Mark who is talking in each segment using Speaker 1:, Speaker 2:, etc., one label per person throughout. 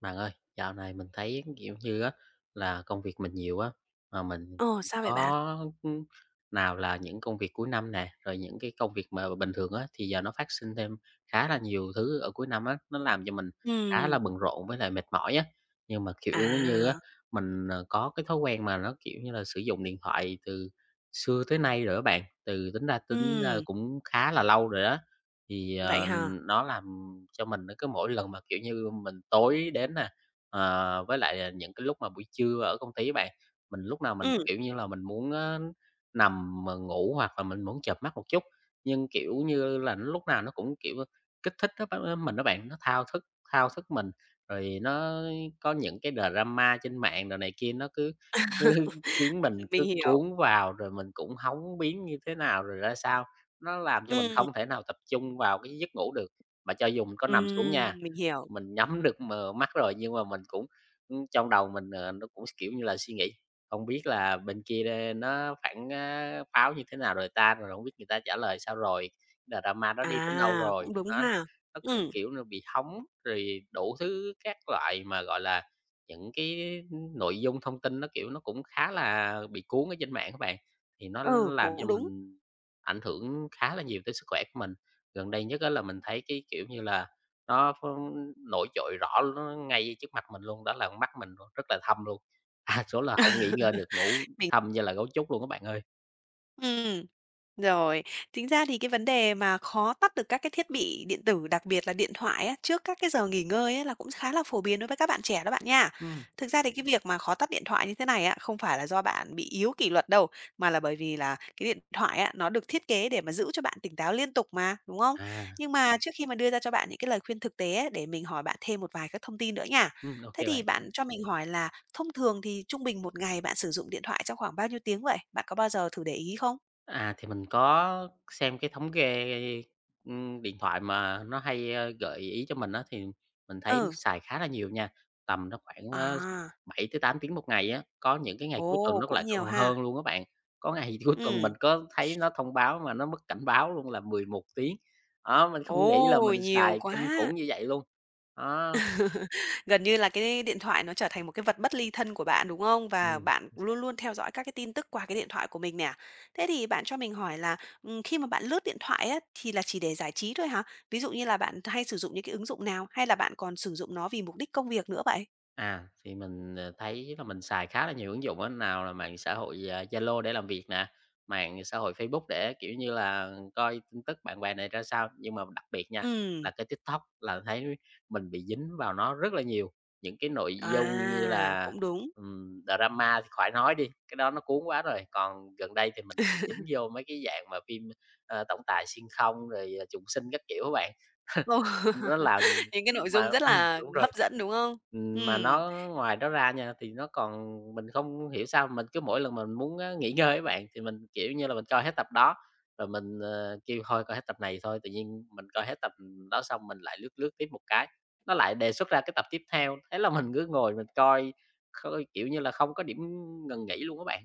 Speaker 1: Bạn ơi, dạo này mình thấy, kiểu như á, là công việc mình nhiều á, mà mình
Speaker 2: Ồ, sao vậy bạn?
Speaker 1: có nào là những công việc cuối năm nè, rồi những cái công việc mà bình thường á, thì giờ nó phát sinh thêm khá là nhiều thứ ở cuối năm á, nó làm cho mình khá là
Speaker 2: Ừm,
Speaker 1: bận rộn với lại mệt mỏi á. Nhưng mà, kiểu như á,
Speaker 2: à,
Speaker 1: mình, có cái thói quen mà nó, kiểu như là, sử dụng điện thoại từ xưa tới nay rồi đó bạn, từ tính ra
Speaker 2: ừm,
Speaker 1: cũng khá là lâu rồi đó. Thì,
Speaker 2: vậy
Speaker 1: ờ
Speaker 2: hả?
Speaker 1: nó làm cho mình nó cứ mỗi lần mà, kiểu như, mình tối đến nè, với lại, những cái lúc mà buổi trưa ở công ty á bạn, mình lúc nào,
Speaker 2: Ừm,
Speaker 1: kiểu như là, mình muốn á nằm mà ngủ hoặc là mình muốn chợp mắt một chút, nhưng, kiểu như là, nó lúc nào nó cũng, kiểu, kích thích á bạn mình á bạn, nó thao thức mình, rồi nó có những cái drama trên mạng đồ này kia nó cứ cứ khiến mình cứ
Speaker 2: mình hiểu.
Speaker 1: cuốn vào, rồi mình cũng hóng biến như thế nào rồi ra sao, nó làm cho mình
Speaker 2: Ừm,
Speaker 1: không thể nào tập trung vào cái giấc ngủ được. Mà cho dù mình có nằm xuống nha,
Speaker 2: ừm, mình hiểu.
Speaker 1: mình nhắm được mờ mắt rồi, nhưng mà mình cũng, trong đầu mình, nó cũng kiểu như là, suy nghĩ, không biết là bên kia đê nó phản, pháo như thế nào rồi ta, rồi không biết người ta trả lời sao rồi, là drama đó đi đến đâu
Speaker 2: À,
Speaker 1: rồi.
Speaker 2: cũng đúng
Speaker 1: Đó,
Speaker 2: ha.
Speaker 1: nó cứ,
Speaker 2: Ừm,
Speaker 1: kiểu là, bị hóng rồi đủ thứ các loại mà, gọi là, những cái nội dung thông tin nó, kiểu, nó cũng khá là bị cuốn ở trên mạng các bạn, thì nó
Speaker 2: ừ,
Speaker 1: làm cho
Speaker 2: cũng đúng.
Speaker 1: mình ảnh hưởng khá là nhiều tới sức khỏe của mình. Gần đây nhất á là mình thấy cái, kiểu như là, nó phun nổi trội rõ nó ngay trước mặt mình luôn, đó là con mắt mình luôn, rất là thâm luôn, đa số là không nghỉ ngơi được, ngủ
Speaker 2: Mình
Speaker 1: thâm như là gấu trúc luôn các bạn ơi.
Speaker 2: Ừm, rồi. Chính ra thì cái vấn đề mà khó tắt được các cái thiết bị điện tử, đặc biệt là điện thoại á, trước các cái giờ nghỉ ngơi á, là cũng khá là phổ biến đối với các bạn trẻ đó bạn nha.
Speaker 1: Ừm.
Speaker 2: Thực ra thì cái việc mà khó tắt điện thoại như thế này á, không phải là do bạn bị yếu kỷ luật đâu, mà là bởi vì là cái điện thoại á, nó được thiết kế để mà giữ cho bạn tỉnh táo liên tục mà, đúng không?
Speaker 1: À,
Speaker 2: Nhưng mà trước khi mà đưa ra cho bạn những cái lời khuyên thực tế á, để mình hỏi bạn thêm một vài các thông tin nữa nha.
Speaker 1: ô
Speaker 2: Thế thì
Speaker 1: bạn.
Speaker 2: bạn cho mình hỏi là thông thường thì trung bình một ngày bạn sử dụng điện thoại trong khoảng bao nhiêu tiếng vậy? Bạn có bao giờ thử để ý không?
Speaker 1: À, thì mình có xem cái thống kê, điện thoại mà nó hay, gợi ý cho mình đó thì mình thấy nó
Speaker 2: Ừ,
Speaker 1: xài khá là nhiều nha, tầm nó khoảng,
Speaker 2: à,
Speaker 1: 7 tới 8 tiếng một ngày á, có những cái ngày cuối tuần
Speaker 2: ồ,
Speaker 1: nó lại
Speaker 2: cũng nhiều
Speaker 1: còn
Speaker 2: ha.
Speaker 1: hơn luôn các bạn. Có ngày cuối tuần mình
Speaker 2: Ừm,
Speaker 1: có thấy nó thông báo mà nó mất cảnh báo luôn là 11 tiếng, đó, mình không
Speaker 2: ồ,
Speaker 1: nghĩ là mình
Speaker 2: nhiều
Speaker 1: xài kinh
Speaker 2: quá.
Speaker 1: khủng như vậy luôn. Đó.
Speaker 2: Gần như là cái điện thoại nó trở thành một cái vật bất ly thân của bạn, đúng không? Và
Speaker 1: Ừm.
Speaker 2: bạn luôn luôn theo dõi các cái tin tức qua cái điện thoại của mình nè. Thế thì bạn cho mình hỏi là, khi mà bạn lướt điện thoại á, thì là chỉ để giải trí thôi hả? Ví dụ như là bạn hay sử dụng những cái ứng dụng nào? Hay là bạn còn sử dụng nó vì mục đích công việc nữa vậy?
Speaker 1: À, thì mình, thấy là mình xài khá là nhiều ứng dụng á, nào là mạng xã hội, Zalo để làm việc nè, mạng xã hội Facebook để, kiểu như là, coi tin tức bạn bè này ra sao. Nhưng mà đặc biệt nha, là
Speaker 2: Ừm,
Speaker 1: cái TikTok là thấy mình bị dính vào nó rất là nhiều, những cái nội dung như
Speaker 2: à,
Speaker 1: là,
Speaker 2: cũng đúng.
Speaker 1: drama thì khỏi nói đi, cái đó nó cuốn quá rồi. Còn gần đây thì mình bị dính vô mấy cái dạng mà phim, tổng tài xuyên không rồi, trùng sinh các kiểu các bạn,
Speaker 2: Ừ,
Speaker 1: nó làm
Speaker 2: những cái nội
Speaker 1: mà
Speaker 2: dung rất là
Speaker 1: đúng rồi.
Speaker 2: hấp dẫn, đúng không?
Speaker 1: Mà
Speaker 2: Ừm.
Speaker 1: nó ngoài đó ra nha, thì nó còn mình không hiểu sao mình cứ mỗi lần mình muốn á nghỉ ngơi á bạn, thì mình, kiểu như là, mình coi hết tập đó, rồi mình, kêu thôi coi hết tập này thôi, tự nhiên mình coi hết tập đó xong mình lại lướt lướt tiếp một cái, nó lại đề xuất ra cái tập tiếp theo, thế là mình cứ ngồi mình coi, coi, kiểu như là, không có điểm ngừng nghỉ luôn các bạn.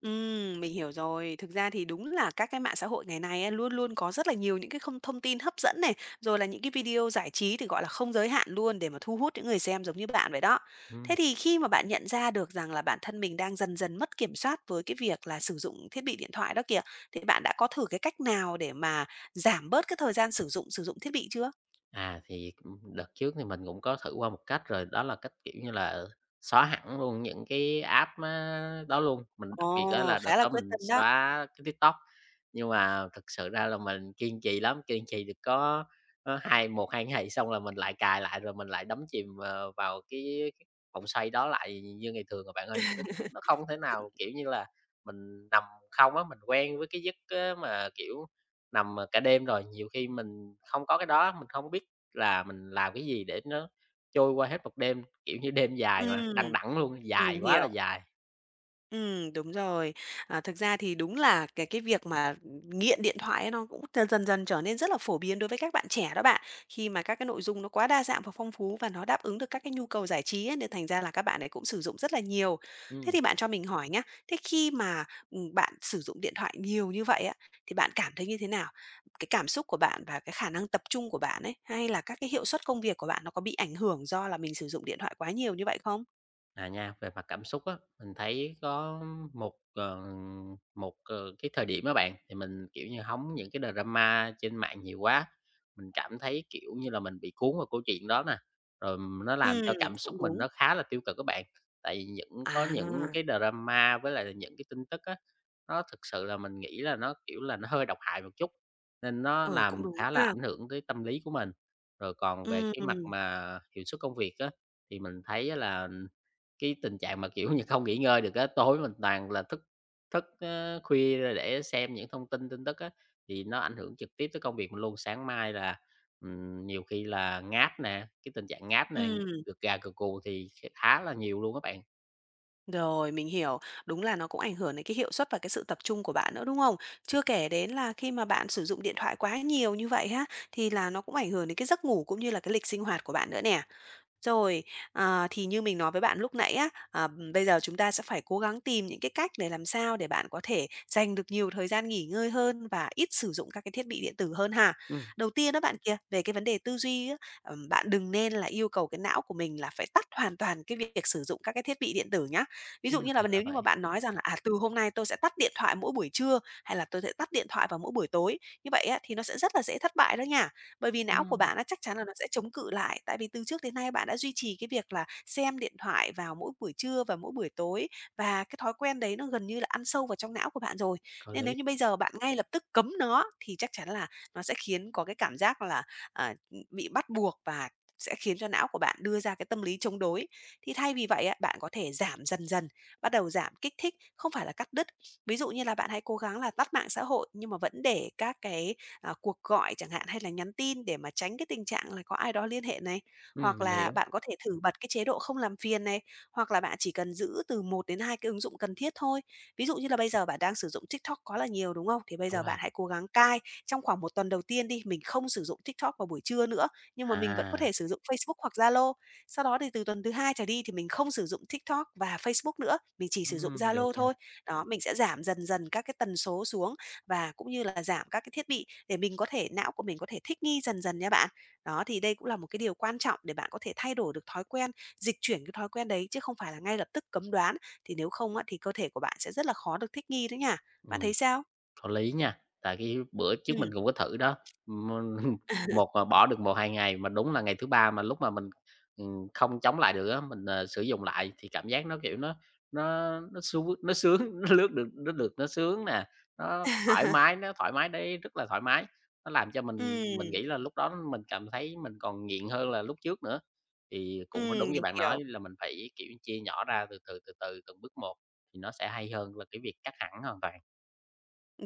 Speaker 2: Mình hiểu rồi. Thực ra thì đúng là các cái mạng xã hội ngày nay á, luôn luôn có rất là nhiều những cái không thông tin hấp dẫn này, rồi là những cái video giải trí thì, gọi là, không giới hạn luôn để mà thu hút những người xem giống như bạn vậy đó.
Speaker 1: Ừm.
Speaker 2: Thế thì khi mà bạn nhận ra được rằng là bản thân mình đang dần dần mất kiểm soát với cái việc là sử dụng thiết bị điện thoại đó kìa, thì bạn đã có thử cái cách nào để mà giảm bớt cái thời gian sử dụng thiết bị chưa?
Speaker 1: À, thì, đợt trước thì mình cũng có thử qua một cách rồi, đó là cách, kiểu như là, xóa hẳn luôn những cái app á đó luôn. Mình đặc biệt đó
Speaker 2: Ồ,
Speaker 1: là đợt
Speaker 2: khá là
Speaker 1: đó
Speaker 2: quyết
Speaker 1: mình
Speaker 2: tâm đó.
Speaker 1: xóa cái TikTok, nhưng mà thực sự ra là mình kiên trì lắm, kiên trì được có, 2 ngày xong là mình lại cài lại, rồi mình lại đắm chìm, vào cái vòng xoay đó lại như ngày thường rồi bạn ơi. Nó nó không thể nào, kiểu như là, mình nằm không á, mình quen với cái giấc á mà, kiểu Nằm, cả đêm rồi, nhiều khi mình không có cái đó, mình không biết là mình làm cái gì để nó trôi qua hết một đêm, kiểu như, đêm dài mà, đằng
Speaker 2: Ừm,
Speaker 1: đẵng luôn, dài
Speaker 2: mình
Speaker 1: quá là
Speaker 2: hiểu.
Speaker 1: dài.
Speaker 2: Đúng rồi. À, thực ra thì đúng là cái việc mà nghiện điện thoại ấy nó cũng dần dần dần trở nên rất là phổ biến đối với các bạn trẻ đó bạn. Khi mà các cái nội dung nó quá đa dạng và phong phú và nó đáp ứng được các cái nhu cầu giải trí ấy, nên thành ra là các bạn ấy cũng sử dụng rất là nhiều. Thế
Speaker 1: Ừm.
Speaker 2: thì bạn cho mình hỏi nhá, thế khi mà, bạn sử dụng điện thoại nhiều như vậy á, thì bạn cảm thấy như thế nào? Cái cảm xúc của bạn và cái khả năng tập trung của bạn ấy, hay là các cái hiệu suất công việc của bạn nó có bị ảnh hưởng do là mình sử dụng điện thoại quá nhiều như vậy không?
Speaker 1: À, nha, về mặt cảm xúc á, mình thấy có một, ờ, một, cái thời điểm á bạn, thì mình, kiểu như, hóng những cái drama trên mạng nhiều quá, mình cảm thấy, kiểu như là, mình bị cuốn vào câu chuyện đó nè, rồi nó làm
Speaker 2: Ừm,
Speaker 1: cho cảm xúc
Speaker 2: cũng
Speaker 1: mình
Speaker 2: đúng.
Speaker 1: nó khá là tiêu cực các bạn. Tại vì có những
Speaker 2: À.
Speaker 1: cái drama với lại là những cái tin tức á, nó thực sự là mình nghĩ là nó, kiểu là, nó hơi độc hại một chút, nên nó
Speaker 2: Ừ, cũng
Speaker 1: làm
Speaker 2: đúng
Speaker 1: khá là
Speaker 2: ha.
Speaker 1: ảnh hưởng tới tâm lý của mình. Rồi còn về cái mặt
Speaker 2: Ừm,
Speaker 1: mà hiệu suất công việc á, thì mình thấy á là cái tình trạng mà, kiểu như, không nghỉ ngơi được á, tối mình toàn là thức thức, ơ, khuya ra để xem những thông tin tin tức á, thì nó ảnh hưởng trực tiếp tới công việc mình luôn. Sáng mai là, nhiều khi là ngáp nè, cái tình trạng ngáp này
Speaker 2: ừm,
Speaker 1: được gà gật gù thì khá là nhiều luôn các bạn.
Speaker 2: rồi, mình hiểu. Đúng là nó cũng ảnh hưởng đến cái hiệu suất và cái sự tập trung của bạn nữa, đúng không? Chưa kể đến là khi mà bạn sử dụng điện thoại quá nhiều như vậy ha, thì là nó cũng ảnh hưởng đến cái giấc ngủ cũng như là cái lịch sinh hoạt của bạn nữa nè. Rồi, à, thì như mình nói với bạn lúc nãy á, bây giờ chúng ta sẽ phải cố gắng tìm những cái cách để làm sao để bạn có thể dành được nhiều thời gian nghỉ ngơi hơn và ít sử dụng các cái thiết bị điện tử hơn ha.
Speaker 1: Ừm.
Speaker 2: Đầu tiên đó bạn kia, về cái vấn đề tư duy á, bạn đừng nên là yêu cầu cái não của mình là phải tắt hoàn toàn cái việc sử dụng các cái thiết bị điện tử nhá. Ví
Speaker 1: Ừm,
Speaker 2: dụ như là
Speaker 1: ra là
Speaker 2: nếu như mà
Speaker 1: vậy.
Speaker 2: bạn nói rằng là, à, từ hôm nay tôi sẽ tắt điện thoại mỗi buổi trưa hay là tôi sẽ tắt điện thoại vào mỗi buổi tối, như vậy á, thì nó sẽ rất là dễ thất bại đó nha. Bởi vì não của
Speaker 1: Ừm.
Speaker 2: bạn á, chắc chắn là nó sẽ chống cự lại, tại vì từ trước đến nay bạn đã duy trì cái việc là xem điện thoại vào mỗi buổi trưa và mỗi buổi tối, và cái thói quen đấy nó gần như là ăn sâu vào trong não của bạn rồi.
Speaker 1: Có
Speaker 2: Nên
Speaker 1: lý.
Speaker 2: nếu như bây giờ bạn ngay lập tức cấm nó thì chắc chắn là nó sẽ khiến có cái cảm giác là, à, bị bắt buộc và sẽ khiến cho não của bạn đưa ra cái tâm lý chống đối. Thì thay vì vậy á, bạn có thể giảm dần dần, bắt đầu giảm kích thích, không phải là cắt đứt. Ví dụ như là bạn hãy cố gắng là tắt mạng xã hội nhưng mà vẫn để các cái cuộc gọi chẳng hạn hay là nhắn tin để mà tránh cái tình trạng là có ai đó liên hệ này.
Speaker 1: Ừm,
Speaker 2: Hoặc
Speaker 1: mình
Speaker 2: là
Speaker 1: hiểu,
Speaker 2: bạn có thể thử bật cái chế độ không làm phiền này, hoặc là bạn chỉ cần giữ từ một đến 2 cái ứng dụng cần thiết thôi. Ví dụ như là bây giờ bạn đang sử dụng TikTok quá là nhiều, đúng không? Thì bây
Speaker 1: đúng
Speaker 2: giờ
Speaker 1: rồi.
Speaker 2: bạn hãy cố gắng cai trong khoảng một tuần đầu tiên đi, mình không sử dụng TikTok vào buổi trưa nữa, nhưng mà mình vẫn có
Speaker 1: À,
Speaker 2: thể sử dụng Facebook hoặc Zalo. Sau đó thì từ tuần thứ hai trở đi thì mình không sử dụng TikTok và Facebook nữa, mình chỉ sử dụng
Speaker 1: được
Speaker 2: Zalo
Speaker 1: nha.
Speaker 2: thôi. Đó, mình sẽ giảm dần dần các cái tần số xuống và cũng như là giảm các cái thiết bị để mình có thể não của mình có thể thích nghi dần dần nha bạn. Đó, thì đây cũng là một cái điều quan trọng để bạn có thể thay đổi được thói quen, dịch chuyển cái thói quen đấy chứ không phải là ngay lập tức cấm đoán, thì nếu không á, thì cơ thể của bạn sẽ rất là khó được thích nghi đấy nha. Bạn
Speaker 1: Ừm.
Speaker 2: thấy sao?
Speaker 1: Có lý nha, tại cái bữa
Speaker 2: Ừ.
Speaker 1: trước mình cũng có thử đó, mình một là bỏ được một hai ngày mà đúng là ngày thứ 3 mà lúc mà mình, không chống lại được á, mình, sử dụng lại thì cảm giác nó, kiểu, nó sướng, nó lướt được nó sướng nè, nó thoải mái đấy rất là thoải mái. Nó làm cho mình
Speaker 2: Ừ.
Speaker 1: nghĩ là lúc đó mình cảm thấy mình còn nghiện hơn là lúc trước nữa. Thì cũng đúng như
Speaker 2: Mình
Speaker 1: bạn
Speaker 2: hiểu.
Speaker 1: nói là mình phải, kiểu, chia nhỏ ra từ từ, từ từ, từng bước một thì nó sẽ hay hơn là cái việc cắt hẳn hoàn toàn.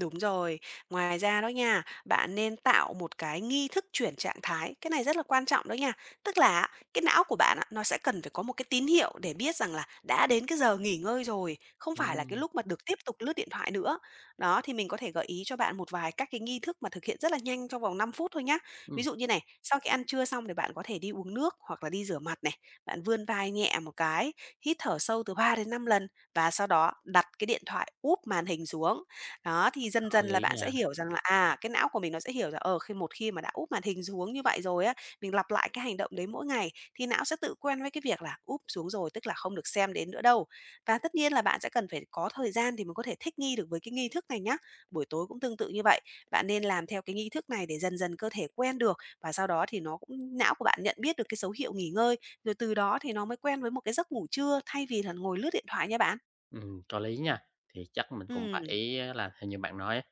Speaker 2: Đúng rồi. Ngoài ra đó nha, bạn nên tạo một cái nghi thức chuyển trạng thái, cái này rất là quan trọng đó nha. Tức là á, cái não của bạn á, nó sẽ cần phải có một cái tín hiệu để biết rằng là đã đến cái giờ nghỉ ngơi rồi, không phải là cái
Speaker 1: Ừm.
Speaker 2: lúc mà được tiếp tục lướt điện thoại nữa. Đó, thì mình có thể gợi ý cho bạn một vài các cái nghi thức mà thực hiện rất là nhanh trong vòng 5 phút thôi nhá. Ví
Speaker 1: Ừm,
Speaker 2: dụ như này, sau khi ăn trưa xong thì bạn có thể đi uống nước hoặc là đi rửa mặt này, bạn vươn vai nhẹ một cái, hít thở sâu từ 3 đến 5 lần và sau đó đặt cái điện thoại úp màn hình xuống. Đó, thì dần
Speaker 1: có
Speaker 2: dần là
Speaker 1: lý
Speaker 2: bạn sẽ
Speaker 1: nha,
Speaker 2: hiểu rằng là, cái não của mình nó sẽ hiểu rằng, khi một khi mà đã úp màn hình xuống như vậy rồi á, mình lặp lại cái hành động đấy mỗi ngày thì não sẽ tự quen với cái việc là úp xuống rồi, tức là không được xem đến nữa đâu. Và tất nhiên là bạn sẽ cần phải có thời gian thì mình có thể thích nghi được với cái nghi thức này nhá. Buổi tối cũng tương tự như vậy, bạn nên làm theo cái nghi thức này để dần dần cơ thể quen được và sau đó thì nó cũng não của bạn nhận biết được cái dấu hiệu nghỉ ngơi, rồi từ đó thì nó mới quen với một cái giấc ngủ trưa thay vì là ngồi lướt điện thoại nha bạn.
Speaker 1: có lý nha. Thì chắc mình cũng phải
Speaker 2: Ừ.
Speaker 1: là theo như bạn nói á,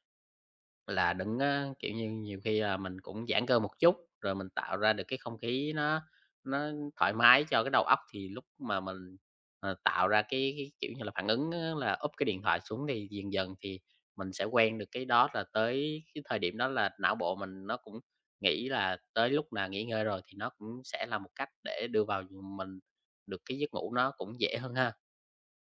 Speaker 1: là đừng á, kiểu như, nhiều khi là mình cũng giãn cơ một chút, rồi mình tạo ra được cái không khí nó thoải mái cho cái đầu óc, thì lúc mà mình, tạo ra cái, kiểu như là, phản ứng á là úp cái điện thoại xuống thì dần dần thì mình sẽ quen được cái đó, là tới cái thời điểm đó là não bộ mình nó cũng nghĩ là tới lúc là nghỉ ngơi rồi, thì nó cũng sẽ là một cách để đưa vào mình được cái giấc ngủ nó cũng dễ hơn ha.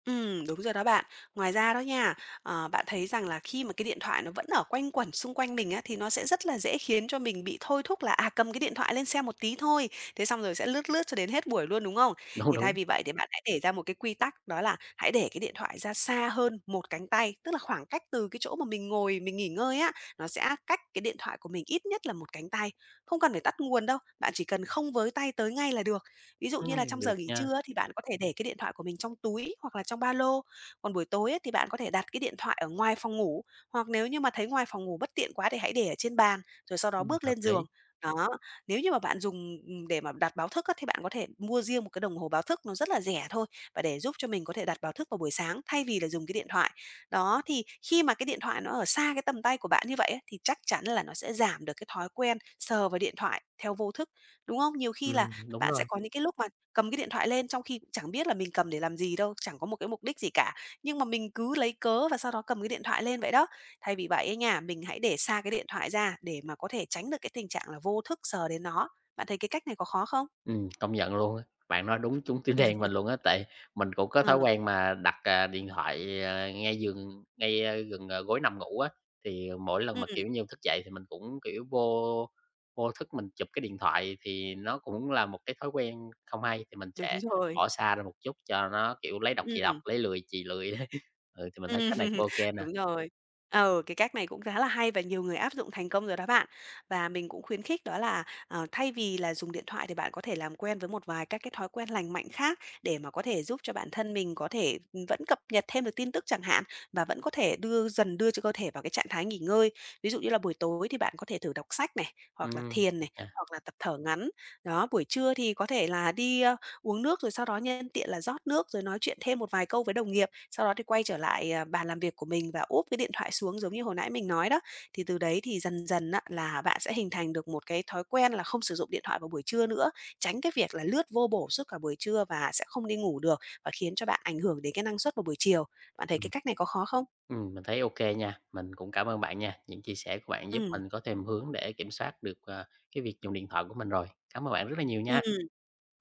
Speaker 2: Đúng rồi đó bạn. Ngoài ra đó nha, bạn thấy rằng là khi mà cái điện thoại nó vẫn ở quanh quẩn xung quanh mình á, thì nó sẽ rất là dễ khiến cho mình bị thôi thúc là, cầm cái điện thoại lên xem một tí thôi, thế xong rồi sẽ lướt lướt cho đến hết buổi luôn, đúng không?
Speaker 1: Đúng,
Speaker 2: Thì thay
Speaker 1: đúng.
Speaker 2: vì vậy thì bạn hãy để ra một cái quy tắc, đó là hãy để cái điện thoại ra xa hơn một cánh tay, tức là khoảng cách từ cái chỗ mà mình ngồi mình nghỉ ngơi á, nó sẽ cách cái điện thoại của mình ít nhất là một cánh tay. Không cần phải tắt nguồn đâu, bạn chỉ cần không với tay tới ngay là được. Ví dụ như là trong
Speaker 1: Được
Speaker 2: giờ nghỉ
Speaker 1: nha.
Speaker 2: trưa á, thì bạn có thể để cái điện thoại của mình trong túi hoặc là trong ba lô, còn buổi tối á, thì bạn có thể đặt cái điện thoại ở ngoài phòng ngủ, hoặc nếu như mà thấy ngoài phòng ngủ bất tiện quá thì hãy để ở trên bàn, rồi sau đó
Speaker 1: Ừm,
Speaker 2: bước
Speaker 1: hợp
Speaker 2: lên
Speaker 1: lý.
Speaker 2: giường. Đó, nếu như mà bạn dùng, để mà đặt báo thức á, thì bạn có thể mua riêng một cái đồng hồ báo thức, nó rất là rẻ thôi, và để giúp cho mình có thể đặt báo thức vào buổi sáng thay vì là dùng cái điện thoại. Đó, thì khi mà cái điện thoại nó ở xa cái tầm tay của bạn như vậy á, thì chắc chắn là nó sẽ giảm được cái thói quen sờ vào điện thoại theo vô thức, đúng không? Nhiều khi là
Speaker 1: Ừm, đúng
Speaker 2: bạn sẽ
Speaker 1: rồi.
Speaker 2: có những cái lúc mà cầm cái điện thoại lên trong khi cũng chẳng biết là mình cầm để làm gì đâu, chẳng có một cái mục đích gì cả, nhưng mà mình cứ lấy cớ và sau đó cầm cái điện thoại lên vậy đó. Thay vì vậy ấy nha, mình hãy để xa cái điện thoại ra để mà có thể tránh được cái tình trạng là vô thức sờ đến nó. Bạn thấy cái cách này có khó không?
Speaker 1: Ừm, công nhận luôn á. Bạn nói đúng trúng tim đen mình luôn á, tại mình cũng có thói
Speaker 2: Ừm. Ờ,
Speaker 1: quen mà đặt, điện thoại, ngay giường ngay, gần, gối nằm ngủ á, thì mỗi lần mà, kiểu như, thức dậy thì mình cũng, kiểu, vô vô thức mình chụp cái điện thoại thì nó cũng là một cái thói quen không hay, thì mình
Speaker 2: Đúng
Speaker 1: sẽ
Speaker 2: rồi,
Speaker 1: bỏ xa ra một chút cho nó, kiểu, lấy đọc thì đọc,
Speaker 2: ừm.
Speaker 1: lấy lười thì lười. Ừ, thì mình
Speaker 2: Ừm,
Speaker 1: thấy cách này cũng ô kê nè.
Speaker 2: đúng rồi. Ừ, cái cách này cũng khá là hay và nhiều người áp dụng thành công rồi đó bạn. Và mình cũng khuyến khích đó là, thay vì là dùng điện thoại thì bạn có thể làm quen với một vài các cái thói quen lành mạnh khác để mà có thể giúp cho bản thân mình có thể, ừ, vẫn cập nhật thêm được tin tức chẳng hạn, và vẫn có thể đưa dần cho cơ thể vào cái trạng thái nghỉ ngơi. Ví dụ như là buổi tối thì bạn có thể thử đọc sách này, hoặc là
Speaker 1: Ừm,
Speaker 2: thiền
Speaker 1: được
Speaker 2: này,
Speaker 1: nha.
Speaker 2: hoặc là tập thở ngắn. Đó, buổi trưa thì có thể là đi, uống nước rồi sau đó nhân tiện là rót nước rồi nói chuyện thêm một vài câu với đồng nghiệp. Sau đó thì quay trở lại, à, bàn làm việc của mình và úp cái điện thoại xuống giống như hồi nãy mình nói đó. Thì từ đấy thì dần dần á là bạn sẽ hình thành được một cái thói quen là không sử dụng điện thoại vào buổi trưa nữa, tránh cái việc là lướt vô bổ suốt cả buổi trưa và sẽ không đi ngủ được và khiến cho bạn ảnh hưởng đến cái năng suất vào buổi chiều. Bạn thấy cái
Speaker 1: Ừm.
Speaker 2: cách này có khó không?
Speaker 1: Mình thấy ok nha. Mình cũng cảm ơn bạn nha. Những chia sẻ của bạn giúp
Speaker 2: Ừ,
Speaker 1: mình có thêm hướng để kiểm soát được, cái việc dùng điện thoại của mình rồi. Cảm ơn bạn rất là nhiều
Speaker 2: ừm,
Speaker 1: nha.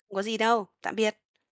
Speaker 2: không có gì đâu. Tạm biệt.